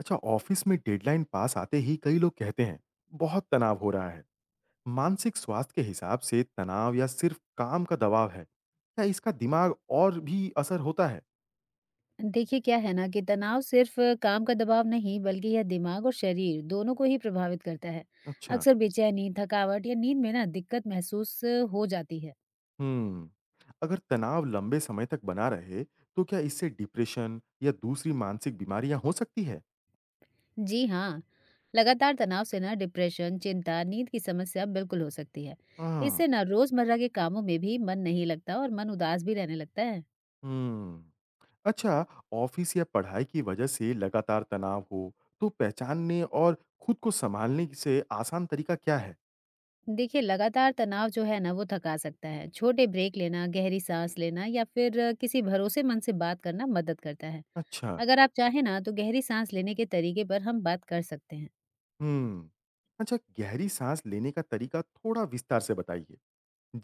अच्छा, ऑफिस में डेडलाइन पास आते ही कई लोग कहते हैं बहुत तनाव हो रहा है। मानसिक स्वास्थ्य के हिसाब से तनाव या सिर्फ काम का दबाव है, क्या इसका दिमाग और भी असर होता है? देखिए क्या है ना कि तनाव सिर्फ काम का दबाव नहीं बल्कि यह दिमाग और शरीर दोनों को ही प्रभावित करता है। अच्छा। अक्सर बेचैनी थकावट या नींद में ना दिक्कत महसूस हो जाती है। हम्म। अगर तनाव लंबे समय तक बना रहे तो क्या इससे डिप्रेशन या दूसरी मानसिक बीमारियां हो सकती है? जी हाँ। लगातार तनाव से ना डिप्रेशन चिंता नींद की समस्या बिल्कुल हो सकती है। हाँ, इससे ना रोजमर्रा के कामों में भी मन नहीं लगता और मन उदास भी रहने लगता है। हम्म। अच्छा, ऑफिस या पढ़ाई की वजह से लगातार तनाव हो तो पहचानने और खुद को संभालने से आसान तरीका क्या है? देखिए लगातार तनाव जो है ना वो थका सकता है। छोटे ब्रेक लेना गहरी सांस लेना या फिर किसी भरोसेमंद से बात करना मदद करता है। अच्छा। अगर आप चाहें ना तो गहरी सांस लेने के तरीके पर हम बात कर सकते हैं। हुँ। अच्छा, गहरी साँस लेने का तरीका थोड़ा विस्तार से बताइए।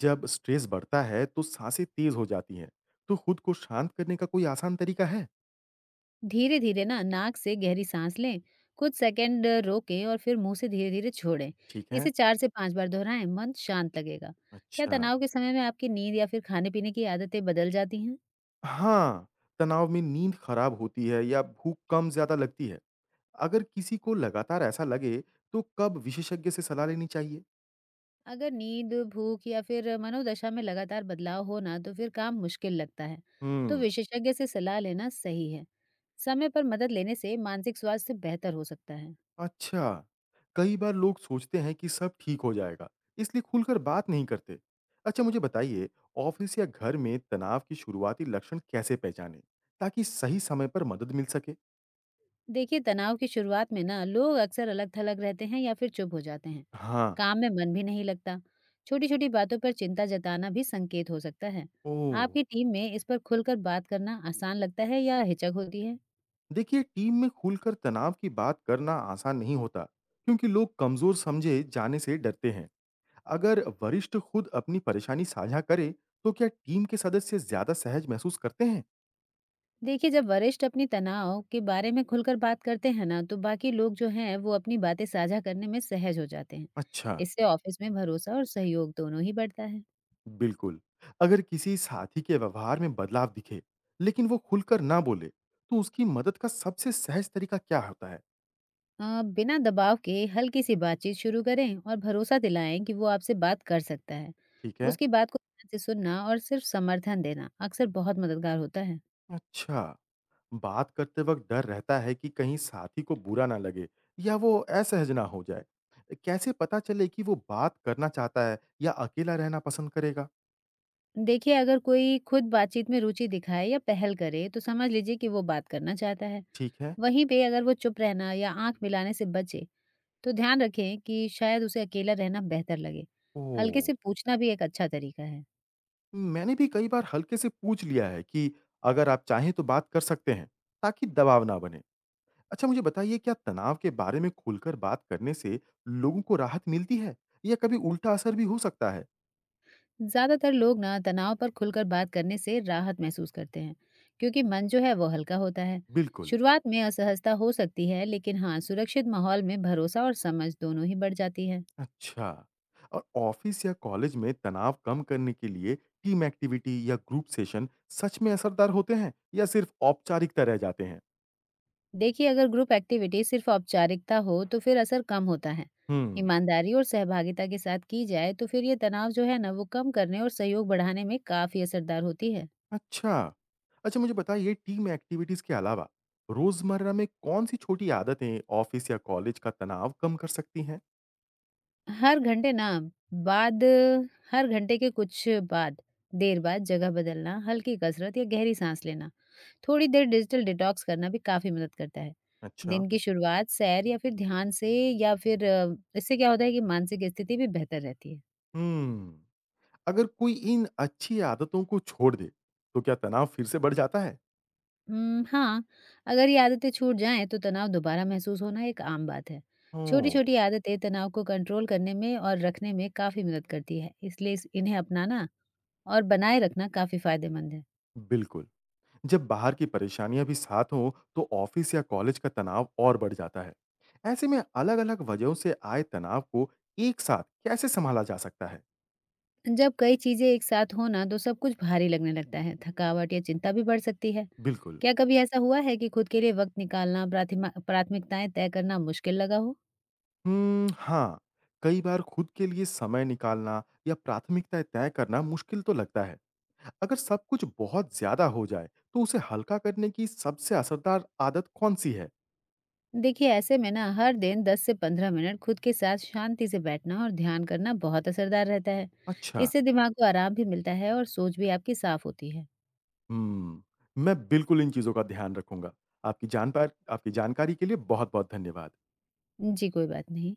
जब स्ट्रेस बढ़ता है तो साँसें तेज़ हो जाती हैं। तो खुद को शांत करने का कोई आसान तरीका है? धीरे धीरे ना नाक से गहरी सांस लें, कुछ सेकंड रोकें और फिर मुंह से धीरे धीरे छोड़ें। ठीक है। इसे चार से पांच बार दोहराएं, मन शांत लगेगा। क्या अच्छा। तनाव के समय में आपकी नींद या फिर खाने पीने की आदतें बदल जाती हैं? हाँ, तनाव में नींद खराब होती है या भूख कम ज़्यादा लगती है। अगर किसी को लगातार ऐसा लगे तो कब विशेषज्ञ से सलाह लेनी चाहिए? अगर नींद भूख या फिर मनोदशा में लगातार बदलाव हो ना तो फिर काम मुश्किल लगता है। तो हुँ। विशेषज्ञ से सलाह लेना सही है। समय पर मदद लेने से मानसिक स्वास्थ्य बेहतर हो सकता है। अच्छा, कई बार लोग सोचते हैं कि सब ठीक हो जाएगा, इसलिए खुलकर बात नहीं करते। अच्छा, मुझे बताइए, ऑफिस या घर में तनाव की शुरुआती लक्षण कैसे पहचानें, ताकि सही समय पर मदद मिल सके? देखिए तनाव की शुरुआत में ना लोग अक्सर अलग थलग रहते हैं या फिर चुप हो जाते हैं। हाँ। काम में मन भी नहीं लगता। छोटी छोटी बातों पर चिंता जताना भी संकेत हो सकता है। ओह। आपकी टीम में इस पर खुलकर बात करना आसान लगता है या हिचक होती है? देखिए, टीम में खुलकर तनाव की बात करना आसान नहीं होता, क्योंकि लोग कमजोर समझे जाने से डरते हैं। अगर वरिष्ठ खुद अपनी परेशानी साझा करे तो क्या टीम के सदस्य ज्यादा सहज महसूस करते हैं? देखिए जब वरिष्ठ अपनी तनाव के बारे में खुलकर बात करते हैं ना तो बाकी लोग जो हैं वो अपनी बातें साझा करने में सहज हो जाते हैं। अच्छा। इससे ऑफिस में भरोसा और सहयोग दोनों ही बढ़ता है। बिल्कुल। अगर किसी साथी के व्यवहार में बदलाव दिखे, लेकिन वो खुलकर ना बोले, तो उसकी मदद का सबसे सहज तरीका क्या होता है? बिना दबाव के हल्की सी बातचीत शुरू करें और भरोसा दिलाएं कि वो आपसे बात कर सकता है। ठीक है। उसकी बात को ध्यान से सुनना और सिर्फ समर्थन देना अक्सर बहुत मददगार होता है। अच्छा, बात करते वक़्त डर रहता है कि कहीं साथी को बुरा ना लगे या वो असहज ना हो जाए। कैसे पता चले कि वो बात करना चाहता है या अकेला रहना पसंद करेगा? देखिए अगर कोई खुद बातचीत में रुचि दिखाए या पहल करे तो समझ लीजिए कि वो बात करना चाहता है। ठीक है। वहीं पे अगर वो चुप रहना या आंख मिलाने से बचे तो ध्यान रखें कि शायद उसे अकेला रहना बेहतर लगे। हल्के ओह! से पूछना भी एक अच्छा तरीका है। मैंने भी कई बार हल्के से पूछ लिया है कि अगर आप चाहें तो बात कर सकते हैं, ताकि दबाव ना बने। अच्छा, मुझे बताइए, क्या तनाव के बारे में खुलकर बात करने से लोगों को राहत मिलती है या कभी उल्टा असर भी हो सकता है? ज्यादातर लोग ना तनाव पर खुलकर बात करने से राहत महसूस करते हैं क्योंकि मन जो है वो हल्का होता है। बिल्कुल। शुरुआत में असहजता हो सकती है, लेकिन हाँ सुरक्षित माहौल में भरोसा और समझ दोनों ही बढ़ जाती है। अच्छा। और ऑफिस या कॉलेज में तनाव कम करने के लिए टीम एक्टिविटी या ग्रुप सेशन सच में असरदार होते हैं या सिर्फ औपचारिकता रह जाते हैं? देखिए अगर ग्रुप एक्टिविटी सिर्फ औपचारिकता हो तो फिर असर कम होता है। हम्म। ईमानदारी और सहभागिता के साथ की जाए तो फिर ये तनाव जो है ना वो कम करने और सहयोग बढ़ाने में काफी असरदार होती है। अच्छा। अच्छा, मुझे बताइए, टीम एक्टिविटीज के अलावा रोजमर्रा में कौन सी छोटी आदतें ऑफिस या कॉलेज का तनाव कम कर सकती हैं? हर घंटे ना बाद हर घंटे के कुछ बाद देर बाद जगह बदलना, हल्की कसरत या गहरी सांस लेना, थोड़ी देर डिजिटल डिटॉक्स करना भी काफ़ी मदद करता है। अच्छा। दिन की शुरुआत सैर या फिर ध्यान से, इससे क्या होता है कि मानसिक स्थिति भी बेहतर रहती है। हम्म। अगर कोई इन अच्छी आदतों को छोड़ दे, तो क्या तनाव फिर से बढ़ जाता है? हाँ, अगर ये आदतें छूट जाएँ तो तनाव दोबारा महसूस होना एक आम बात है। ओह! छोटी-छोटी आदतें तनाव को कंट्रोल करने में और रखने में काफ़ी मदद करती है, इसलिए इस इन्हें अपनाना और बनाए रखना काफ़ी फ़ायदेमंद है। बिल्कुल। जब बाहर की परेशानियाँ भी साथ हों, तो ऑफ़िस या कॉलेज का तनाव और बढ़ जाता है। ऐसे में अलग-अलग वजहों से आए तनाव को एक साथ कैसे सँभाला जा सकता है? जब कई चीजें एक साथ हो ना तो सब कुछ भारी लगने लगता है। थकावट या चिंता भी बढ़ सकती है। बिल्कुल। क्या कभी ऐसा हुआ है कि खुद के लिए वक्त निकालना प्राथमिकताएं तय करना मुश्किल लगा हो? हुँ, हाँ, कई बार खुद के लिए समय निकालना या प्राथमिकताएँ तय करना मुश्किल तो लगता है। अगर सब कुछ बहुत ज़्यादा हो जाए, तो उसे हल्का करने की सबसे असरदार आदत कौन-सी है? देखिए ऐसे में ना हर दिन 10 से 15 मिनट खुद के साथ शांति से बैठना और ध्यान करना बहुत असरदार रहता है। अच्छा। इससे दिमाग को आराम भी मिलता है और सोच भी आपकी साफ होती है। हुँ। मैं बिल्कुल इन चीज़ों का ध्यान रखूँगा। आपकी जानकारी के लिए बहुत-बहुत धन्यवाद। जी कोई बात नहीं।